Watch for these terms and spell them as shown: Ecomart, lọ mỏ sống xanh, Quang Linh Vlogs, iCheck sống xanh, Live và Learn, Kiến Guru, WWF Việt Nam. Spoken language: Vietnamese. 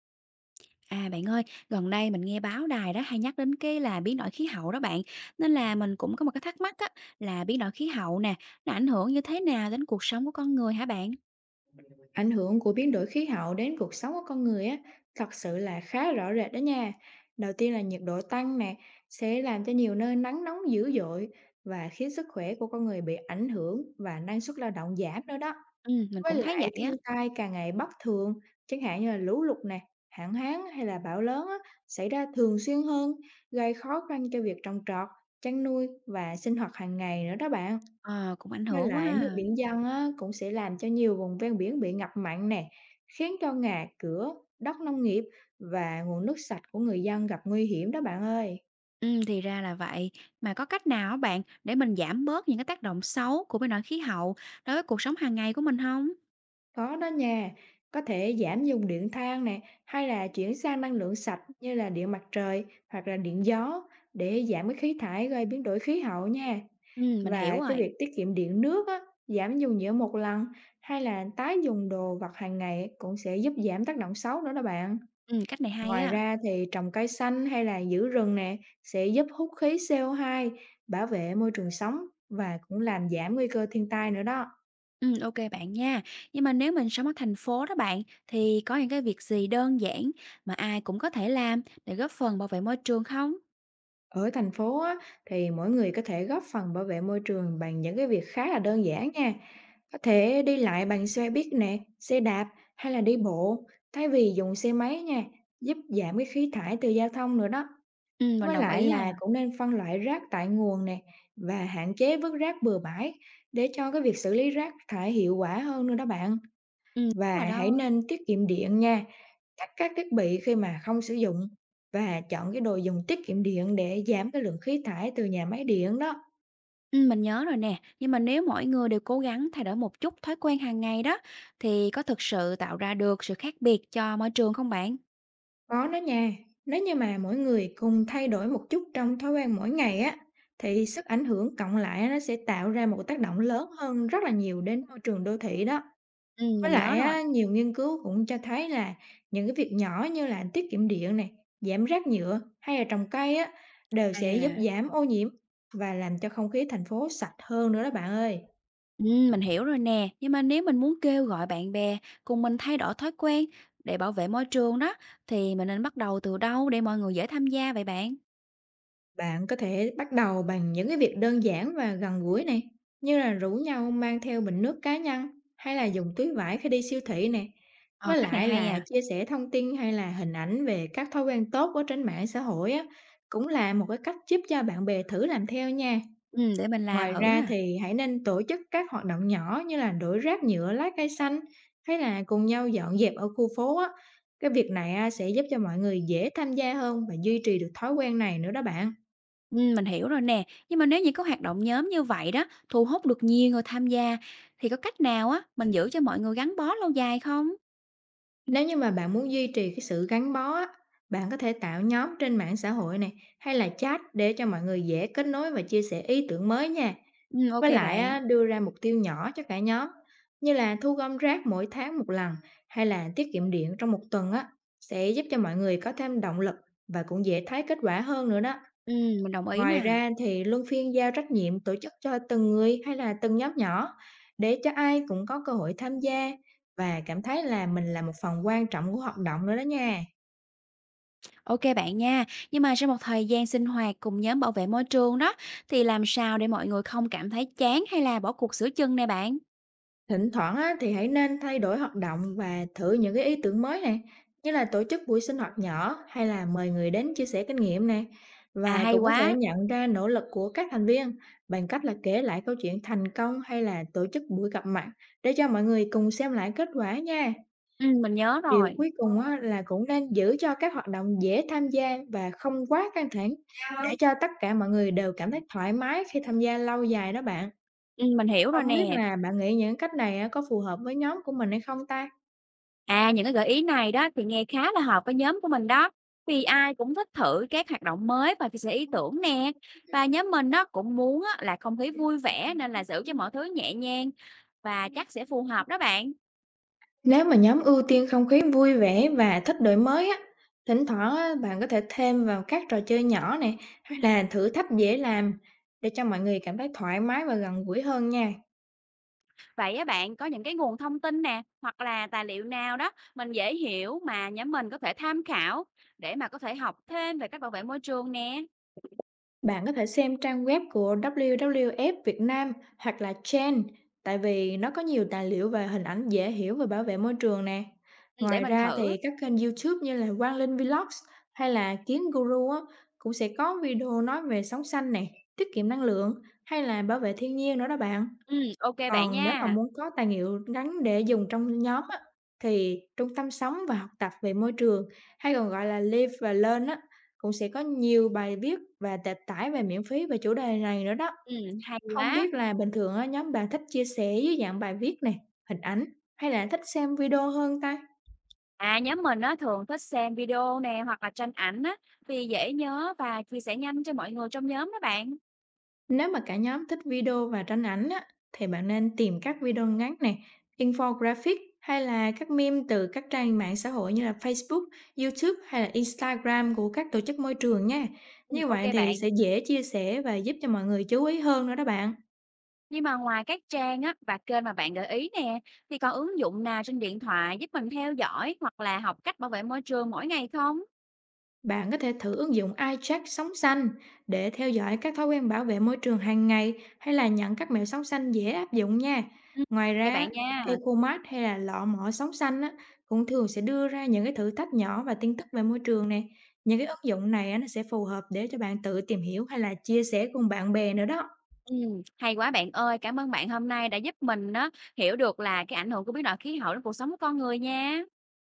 À bạn ơi, gần đây mình nghe báo đài đó hay nhắc đến cái là biến đổi khí hậu đó bạn. Nên là mình cũng có một cái thắc mắc á là biến đổi khí hậu nè, nó ảnh hưởng như thế nào đến cuộc sống của con người hả bạn? Ảnh hưởng của biến đổi khí hậu đến cuộc sống của con người á, thật sự là khá rõ rệt đó nha. Đầu tiên là nhiệt độ tăng nè, sẽ làm cho nhiều nơi nắng nóng dữ dội và khiến sức khỏe của con người bị ảnh hưởng và năng suất lao động giảm nữa đó. Ừ, mình Với cũng thấy lại vậy thiên á. tai càng ngày bất thường, chẳng hạn như là lũ lụt nè, hạn hán hay là bão lớn á, xảy ra thường xuyên hơn, gây khó khăn cho việc trồng trọt, chăn nuôi và sinh hoạt hàng ngày nữa đó bạn. Ờ, cũng ảnh Với hưởng quá lại nước ha. biển dâng á, cũng sẽ làm cho nhiều vùng ven biển bị ngập mặn nè, khiến cho nhà cửa, đất nông nghiệp và nguồn nước sạch của người dân gặp nguy hiểm đó bạn ơi. Ừ, thì ra là vậy. Mà có cách nào á bạn để mình giảm bớt những cái tác động xấu của biến đổi khí hậu đối với cuộc sống hàng ngày của mình không? Có đó nha, có thể giảm dùng điện than nè, hay là chuyển sang năng lượng sạch như là điện mặt trời hoặc là điện gió để giảm cái khí thải gây biến đổi khí hậu nha. Ừ, mình hiểu Và cái rồi. việc tiết kiệm điện nước á, giảm dùng nhựa một lần hay là tái dùng đồ vật hàng ngày cũng sẽ giúp giảm tác động xấu nữa đó bạn. Ừ, cách này hay Ngoài á. ra thì trồng cây xanh hay là giữ rừng nè sẽ giúp hút khí CO2, bảo vệ môi trường sống và cũng làm giảm nguy cơ thiên tai nữa đó. Ok bạn nha. Nhưng mà nếu mình sống ở thành phố đó bạn, thì có những cái việc gì đơn giản mà ai cũng có thể làm để góp phần bảo vệ môi trường không? Ở thành phố á, thì mỗi người có thể góp phần bảo vệ môi trường bằng những cái việc khá là đơn giản nha. Có thể đi lại bằng xe buýt nè, xe đạp hay là đi bộ thay vì dùng xe máy nha, giúp giảm cái khí thải từ giao thông nữa đó. Mình Với đồng lại ý à. là cũng nên phân loại rác tại nguồn nè và hạn chế vứt rác bừa bãi để cho cái việc xử lý rác thải hiệu quả hơn nữa đó bạn. Ừm, Và đúng rồi hãy đó. nên tiết kiệm điện nha, tắt các thiết bị khi mà không sử dụng và chọn cái đồ dùng tiết kiệm điện để giảm cái lượng khí thải từ nhà máy điện đó. Mình nhớ rồi nè. Nhưng mà nếu mỗi người đều cố gắng thay đổi một chút thói quen hàng ngày đó, thì có thực sự tạo ra được sự khác biệt cho môi trường không bạn? Có đó nha, nếu như mà mỗi người cùng thay đổi một chút trong thói quen mỗi ngày á thì sức ảnh hưởng cộng lại nó sẽ tạo ra một tác động lớn hơn rất là nhiều đến môi trường đô thị đó. Với Mình nhớ lại rồi. á, nhiều nghiên cứu cũng cho thấy là những cái việc nhỏ như là tiết kiệm điện này, giảm rác nhựa hay là trồng cây á, đều sẽ giúp À. giảm ô nhiễm và làm cho không khí thành phố sạch hơn nữa đó bạn ơi. Mình hiểu rồi nè, nhưng mà nếu mình muốn kêu gọi bạn bè cùng mình thay đổi thói quen để bảo vệ môi trường đó, thì mình nên bắt đầu từ đâu để mọi người dễ tham gia vậy bạn? Bạn có thể bắt đầu bằng những cái việc đơn giản và gần gũi này, như là rủ nhau mang theo bình nước cá nhân hay là dùng túi vải khi đi siêu thị nè. Ờ, Với cách này lại hay là à, chia sẻ thông tin hay là hình ảnh về các thói quen tốt ở trên mạng xã hội á, cũng là một cái cách giúp cho bạn bè thử làm theo nha. Để mình làm Ngoài thử ra nè. thì hãy nên tổ chức các hoạt động nhỏ như là đổ rác nhựa lá cây xanh hay là cùng nhau dọn dẹp ở khu phố á. Cái việc này á, sẽ giúp cho mọi người dễ tham gia hơn và duy trì được thói quen này nữa đó bạn. Mình hiểu rồi nè, nhưng mà nếu như có hoạt động nhóm như vậy đó, thu hút được nhiều người tham gia, thì có cách nào á, mình giữ cho mọi người gắn bó lâu dài không? Nếu như mà bạn muốn duy trì cái sự gắn bó á, bạn có thể tạo nhóm trên mạng xã hội này hay là chat để cho mọi người dễ kết nối và chia sẻ ý tưởng mới nha. Ô Với lại bạn, á, đưa ra mục tiêu nhỏ cho cả nhóm, như là thu gom rác mỗi tháng một lần hay là tiết kiệm điện trong một tuần á, sẽ giúp cho mọi người có thêm động lực và cũng dễ thấy kết quả hơn nữa đó. ừm, mình đồng ý Ngoài nè. ra thì luân phiên giao trách nhiệm tổ chức cho từng người hay là từng nhóm nhỏ để cho ai cũng có cơ hội tham gia và cảm thấy là mình là một phần quan trọng của hoạt động nữa đó nha. OK bạn nha. Nhưng mà sau một thời gian sinh hoạt cùng nhóm bảo vệ môi trường đó, thì làm sao để mọi người không cảm thấy chán hay là bỏ cuộc sửa chân nè bạn? Thỉnh thoảng á, thì hãy nên thay đổi hoạt động và thử những cái ý tưởng mới này, như là tổ chức buổi sinh hoạt nhỏ hay là mời người đến chia sẻ kinh nghiệm này. À, Và hay cũng có thể quá! nhận ra nỗ lực của các thành viên bằng cách là kể lại câu chuyện thành công hay là tổ chức buổi gặp mặt để cho mọi người cùng xem lại kết quả nha. Mình nhớ Điều rồi. cuối cùng á, là cũng nên giữ cho các hoạt động dễ tham gia và không quá căng thẳng để cho tất cả mọi người đều cảm thấy thoải mái khi tham gia lâu dài đó bạn. Mình hiểu rồi Không biết nè. là bạn nghĩ những cách này á có phù hợp với nhóm của mình hay không ta? À, những cái gợi ý này đó thì nghe khá là hợp với nhóm của mình đó, vì ai cũng thích thử các hoạt động mới và chia sẻ ý tưởng nè. Và nhóm mình nó cũng muốn á là không khí vui vẻ nên là giữ cho mọi thứ nhẹ nhàng và chắc sẽ phù hợp đó bạn. Nếu mà nhóm ưu tiên không khí vui vẻ và thích đổi mới á, thỉnh thoảng á, bạn có thể thêm vào các trò chơi nhỏ này, hay là thử thách dễ làm để cho mọi người cảm thấy thoải mái và gần gũi hơn nha. Vậy á bạn có những cái nguồn thông tin nè, hoặc là tài liệu nào đó mình dễ hiểu mà nhóm mình có thể tham khảo để mà có thể học thêm về cách bảo vệ môi trường nè. Bạn có thể xem trang web của WWF Việt Nam hoặc là Chen, tại vì nó có nhiều tài liệu và hình ảnh dễ hiểu về bảo vệ môi trường nè. Ừ, để Ngoài mình ra thử. thì các kênh YouTube như là Quang Linh Vlogs hay là Kiến Guru á, cũng sẽ có video nói về sống xanh nè, tiết kiệm năng lượng hay là bảo vệ thiên nhiên nữa đó bạn. Ừ, ok bạn Còn nếu mà nha. muốn có tài liệu ngắn để dùng trong nhóm á, thì trung tâm sống và học tập về môi trường hay còn gọi là Live và Learn á, cũng sẽ có nhiều bài viết và tệp tải về miễn phí về chủ đề này nữa đó. Ừ, hay Không quá. biết là bình thường á, nhóm bạn thích chia sẻ dưới dạng bài viết nè, hình ảnh hay là thích xem video hơn ta? À nhóm mình á thường thích xem video nè hoặc là tranh ảnh á vì dễ nhớ và chia sẻ nhanh cho mọi người trong nhóm đó bạn. Nếu mà cả nhóm thích video và tranh ảnh á, thì bạn nên tìm các video ngắn nè, infographic hay là các meme từ các trang mạng xã hội như là Facebook, YouTube hay là Instagram của các tổ chức môi trường nha. Ừ, Như ok vậy thì bạn. sẽ dễ chia sẻ và giúp cho mọi người chú ý hơn nữa đó bạn. Nhưng mà ngoài các trang á và kênh mà bạn gợi ý nè thì còn ứng dụng nào trên điện thoại giúp mình theo dõi hoặc là học cách bảo vệ môi trường mỗi ngày không? Bạn có thể thử ứng dụng iCheck sống xanh để theo dõi các thói quen bảo vệ môi trường hàng ngày hay là nhận các mẹo sống xanh dễ áp dụng nha. Ừm, Ngoài ô kê ra, bạn nha. Ecomart hay là lọ mỏ sống xanh á, cũng thường sẽ đưa ra những cái thử thách nhỏ và tin tức về môi trường nè. Những cái ứng dụng này á, nó sẽ phù hợp để cho bạn tự tìm hiểu hay là chia sẻ cùng bạn bè nữa đó. Hay quá bạn ơi, cảm ơn bạn hôm nay đã giúp mình á, hiểu được là cái ảnh hưởng của biến đổi khí hậu đến cuộc sống của con người nha.